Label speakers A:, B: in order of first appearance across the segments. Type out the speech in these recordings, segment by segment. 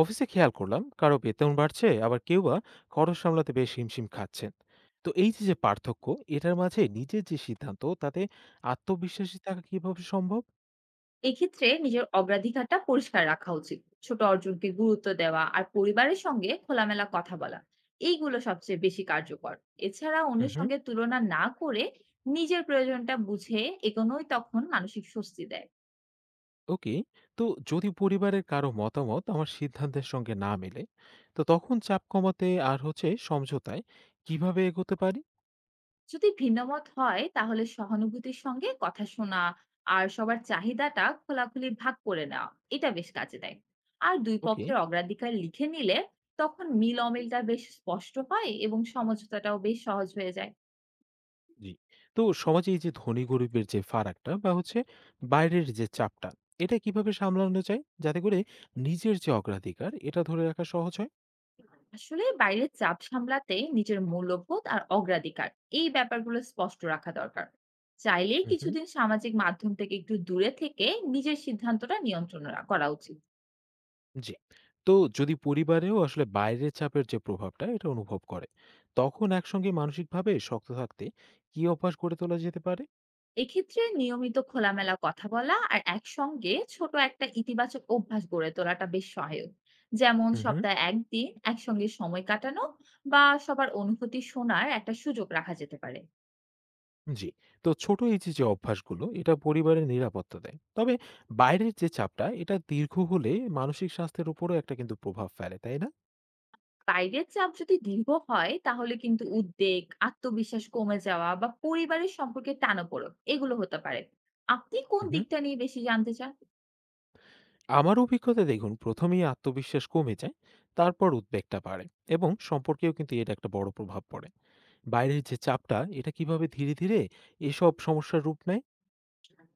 A: অফিসে খেয়াল করলাম কারো বেতন বাড়ছে আবার কেউ বা খরচ সামলাতে বেশ হিমশিম খাচ্ছেন। তো এই যে যে পার্থক্য, এটার মাঝে নিজের যে সিদ্ধান্ত, তাতে আত্মবিশ্বাসী থাকা কিভাবে সম্ভব?
B: এক্ষেত্রে নিজের অগ্রাধিকারটা পরিষ্কার রাখা উচিত। ছোট অর্জনকে গুরুত্ব দেওয়া আর পরিবারের সঙ্গে খোলামেলা কথা বলা, এইগুলো সবচেয়ে বেশি কার্যকর। এছাড়া অন্যের
A: হুম।
B: সঙ্গে তুলনা না করে নিজের প্রয়োজনটা বুঝে এগোনোই তখন মানসিক স্বস্তি দেয়।
A: ওকে। তো যদি পরিবারের কারো মতামত আমার সিদ্ধান্তের সঙ্গে না মেলে, তো তখন চাপ কমাতে আর হচ্ছে সমঝোতায় কিভাবে এগোতে পারি?
B: যদি ভিন্নমত হয় তাহলে সহানুভূতির সঙ্গে কথা শোনা আর সবার চাহিদাটা খোলাখুলি ভাগ করে নেওয়া, এটা বেশ কাজে দেয়। আর দুই
A: ওকে।
B: পক্ষের অগ্রাধিকার লিখে নিলে তখন মিল অমিলটা বেশ স্পষ্ট হয় এবং সমঝোতাটাও বেশ সহজ হয়ে যায়।
A: জি। তো সমাজে এই যে ধনী গরিবের যে ফারাকটা বা হচ্ছে বাইরের যে চাপটা, এটা কিভাবে সামলানো যায়? যাতে করে নিজের যে অগ্রাধিকার, এটা ধরে রাখা সহজ হয়?
B: আসলে বাইরের চাপ সামলাতে নিজের মূল্যবোধ আর অগ্রাধিকার, এই ব্যাপারগুলো স্পষ্ট রাখা দরকার। চাইলে
A: হুম, হুম।
B: কিছুদিন সামাজিক মাধ্যম থেকে একটু দূরে থেকে নিজের সিদ্ধান্তটা নিয়ন্ত্রণ করা উচিত।
A: জি। তো যদি পরিবারেও আসলে বাইরের চাপের যে প্রভাবটা এটা অনুভব করে, তখন একসঙ্গে মানসিকভাবে শক্ত থাকতে কি অভ্যাস গড়ে তোলা যেতে পারে?
B: এক্ষেত্রে নিয়মিত খোলামেলা কথা বলা আর একসঙ্গে ছোট একটা ইতিবাচক অভ্যাস গড়ে তোলাটা বেশ সহায়ক। যেমন
A: হুম, হুম।
B: সপ্তাহে একদিন একসঙ্গে সময় কাটানো বা সবার অনুভূতি শোনার একটা সুযোগ রাখা যেতে পারে।
A: জি। তো ছোট এই যে অভ্যাসগুলো এটা পরিবারের নিরাপত্তা দেয়। তবে বাইরের যে চাপটা এটা দীর্ঘ হলে মানসিক স্বাস্থ্যের উপরও একটা কিন্তু প্রভাব ফেলে, তাই
B: বাইরের চাপ যদি দীর্ঘ হয় তাহলে কিন্তু উদ্বেগ, আত্মবিশ্বাস কমে যাওয়া বা পরিবারের সম্পর্কে টানাপোড়েন, এগুলো হতে পারে। আপনি কোন
A: না?
B: দিকটা নিয়ে বেশি জানতে চান?
A: আমার অভিজ্ঞতা দেখুন, প্রথমেই আত্মবিশ্বাস কমে যায়, তারপর উদ্বেগটা বাড়ে এবং সম্পর্কেও কিন্তু এটা একটা বড় প্রভাব পড়ে। বাইরের যে চাপটা এটা কিভাবে ধীরে ধীরে এসব সমস্যার রূপ নেয়?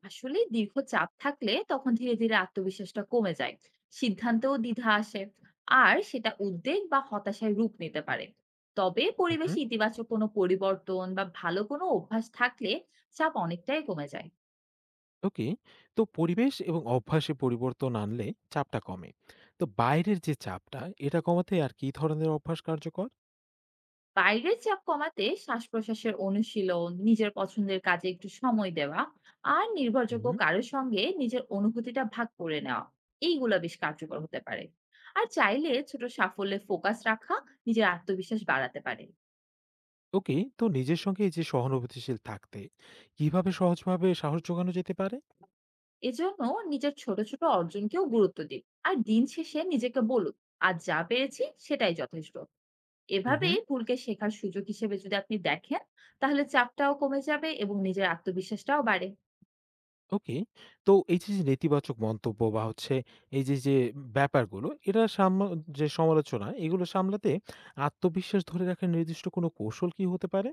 B: আসলে দীর্ঘ চাপ থাকলে তখন ধীরে ধীরে আত্মবিশ্বাসটা কমে যায়, সিদ্ধান্তেও দ্বিধা আসে, আর সেটা উদ্বেগ বা হতাশায় রূপ নিতে পারে। তবে
A: হুম।
B: পরিবেশে ইতিবাচক কোনো পরিবর্তন বা ভালো কোনো অভ্যাস থাকলে চাপ অনেকটাই কমে যায়।
A: ওকে। তো পরিবেশ এবং অভ্যাসে পরিবর্তন আনলে চাপটা কমে। তো বাইরের যে চাপটা এটা কমাতে আর কি ধরনের অভ্যাস কার্যকর?
B: বাইরের চাপ কমাতে শ্বাস-প্রশ্বাসের অনুশীলন, নিজের পছন্দের কাজে একটু সময় দেওয়া আর নির্ভরযোগ্য
A: হুম।
B: কারোর সঙ্গে নিজের অনুভূতিটা ভাগ করে নেওয়া, এইগুলা বেশ কার্যকর হতে পারে। আর চাইলে ছোট সাফল্যে ফোকাস রাখা নিজের আত্মবিশ্বাস বাড়াতে পারে।
A: ওকে। তো নিজের সঙ্গে এই যে সহানুভূতিশীল থাকতে কিভাবে সহজভাবে সাহস যোগানো যেতে পারে?
B: এজন্য নিজের ছোট ছোট অর্জনকেও গুরুত্ব দিন। আর দিন শেষে নিজেকে বলুন, আর যা পেরেছি সেটাই যথেষ্ট। এভাবে
A: হুম।
B: ভুলকে শেখার সুযোগ হিসেবে যদি আপনি দেখেন তাহলে চাপটাও কমে যাবে এবং নিজের আত্মবিশ্বাসটাও বাড়ে।
A: ওকে। তো এই যে নেতিবাচক মন্তব্য বা হচ্ছে এই যে ব্যাপারগুলো, এটা সামা যে সমালোচনা, এগুলো সামলাতে আত্মবিশ্বাস ধরে রাখার নির্দিষ্ট কোনো কৌশল কি হতে পারে?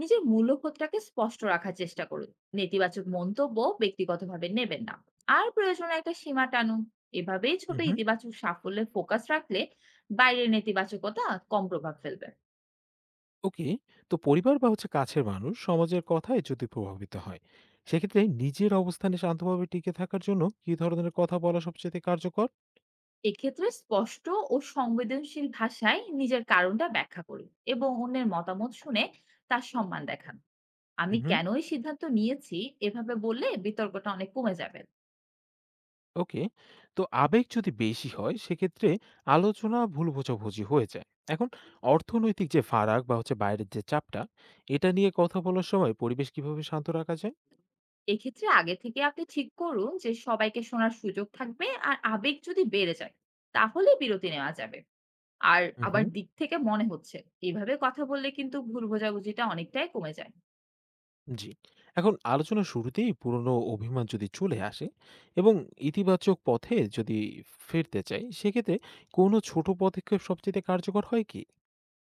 B: নিজের মূল্যবোধটাকে স্পষ্ট রাখার চেষ্টা করুন। নেতিবাচক মন্তব্য ব্যক্তিগতভাবে নেবেন না, আর প্রয়োজনে একটা সীমা টানুন। এভাবেই
A: হুম,
B: ছোট
A: হুম।
B: ইতিবাচক সাফল্যে ফোকাস রাখলে বাইরের নেতিবাচকতা কম প্রভাব ফেলবে।
A: ওকে। তো পরিবার বা হচ্ছে কাছের মানুষ সমাজের কথায় যদি প্রভাবিত হয়, সেক্ষেত্রে নিজের অবস্থানে শান্তভাবে টিকে থাকার জন্য কি ধরনের কথা বলা সবচাইতে কার্যকর?
B: এক্ষেত্রে স্পষ্ট ও সংবেদনশীল ভাষায় নিজের কারণটা ব্যাখ্যা করুন এবং অন্যের মতামত শুনে তার সম্মান দেখান। আমি
A: হুম, হুম।
B: কেন এই সিদ্ধান্ত নিয়েছি, এভাবে বললে বিতর্কটা অনেক কমে যাবে।
A: ওকে। তো আবেগ যদি বেশি হয়, সেক্ষেত্রে আলোচনা ভুল বোঝাবুঝি হয়ে যায়। এখন অর্থনৈতিক যে ফারাক বা হচ্ছে বাইরের যে চাপটা, এটা নিয়ে কথা বলার সময় পরিবেশ কিভাবে শান্ত রাখা যায়?
B: এক্ষেত্রে আগে থেকে আপনি ঠিক করুন যে সবাইকে শোনার সুযোগ থাকবে, আর আবেগ যদি বেড়ে যায় তাহলে বিরতি নেওয়া যাবে। আর আবার
A: হুম।
B: দিক থেকে মনে হচ্ছে এইভাবে কথা বললে কিন্তু ভুল বোঝাবুঝিটা অনেকটাই কমে যায়।
A: জি। এখন আলোচনা শুরুতেই পুরনো অভিমান যদি চলে আসে এবং ইতিবাচক পথে যদি ফিরতে চাই, সেক্ষেত্রে কোনো ছোট পদক্ষেপ সবচেয়ে কার্যকর হয় কি?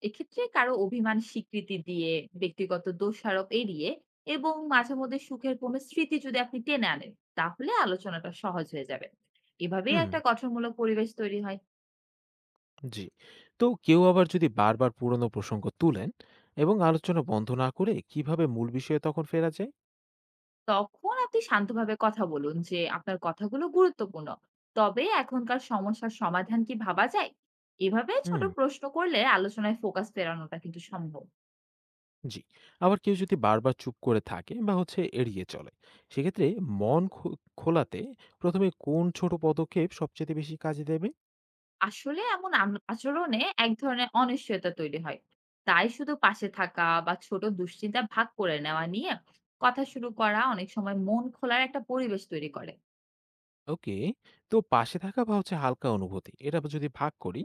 B: এক্ষেত্রে কারো অভিমান স্বীকৃতি দিয়ে, ব্যক্তিগত দোষারোপ এড়িয়ে এবং মাঝে মধ্যে সুখের কোনো স্মৃতি যদি আপনি টেনে আনেন তাহলে আলোচনাটা সহজ হয়ে যাবে। এভাবেই
A: হুম।
B: একটা গঠনমূলক পরিবেশ তৈরি হয়।
A: জি। তো কেউ আবার যদি বারবার পুরনো প্রসঙ্গ তুলেন এবং আলোচনা বন্ধ না করে কিভাবে মূল বিষয়ে তখন ফেরা যায়?
B: তখন আপনি শান্তভাবে কথা বলুন যে আপনার কথাগুলো গুরুত্বপূর্ণ। তবে এখনকার সমস্যার সমাধান কি ভাবা যায়? এভাবে ছোট
A: হুম,
B: প্রশ্ন করলে আলোচনায় ফোকাস ফেরানোটা কিন্তু সম্ভব।
A: জি। আবার কেউ যদি বারবার চুপ করে থাকে বা হচ্ছে এড়িয়ে চলে, সেক্ষেত্রে মন খো খোলাতে ১ম এ কোন ছোট পদক্ষেপ সবচাইতে বেশি কাজে দেবে?
B: আসলে এমন আচরণে এক ধরনের অনিশ্চয়তা তৈরি হয়। তাই শুধু পাশে থাকা বা ছোট দুশ্চিন্তা ভাগ করে নেওয়া নিয়ে কথা শুরু করা অনেক সময় মন খোলার একটা পরিবেশ তৈরি করে।
A: ওকে, তো পাশে থাকা বা হচ্ছে হালকা অনুভূতি, এটা যদি ভাগ করি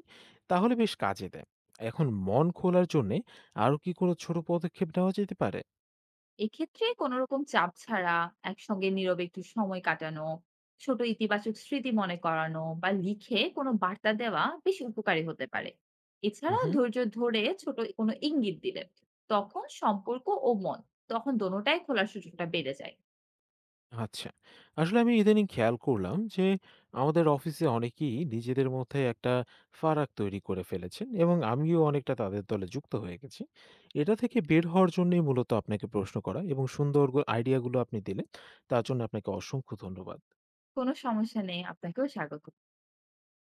A: তাহলে বেশ কাজে দেয়। এখন মন খোলার জন্যে আরো কি কোনো ছোট পদক্ষেপ নেওয়া যেতে পারে?
B: এক্ষেত্রে কোনো রকম চাপ ছাড়া একসঙ্গে নীরবে একটু সময় কাটানো, ছোট ইতিবাচক স্মৃতি মনে করানো বা লিখে কোনো বার্তা দেওয়া বেশ উপকারী হতে পারে। এছাড়া
A: উহু।
B: ধৈর্য ধরে ছোট কোনো ইঙ্গিত দিলে তখন সম্পর্ক ও মন, দোনোটাই খোলার সুযোগটা বেড়ে যায়।
A: আচ্ছা। আসলে আমি ইদানিং খেয়াল করলাম যে, আমাদের অফিসে অনেকেই নিজেদের মধ্যে একটা ফারাক তৈরি করে ফেলেছেন এবং আমিও অনেকটা তাদের দলে যুক্ত হয়ে গেছি। এটা থেকে বের হওয়ার জন্যই মূলত আপনাকে প্রশ্ন করা এবং সুন্দর আইডিয়াগুলো আপনি দিলেন। তার জন্য আপনাকে অসংখ্য ধন্যবাদ।
B: কোনো সমস্যা নেই, আপনাকেও স্বাগত।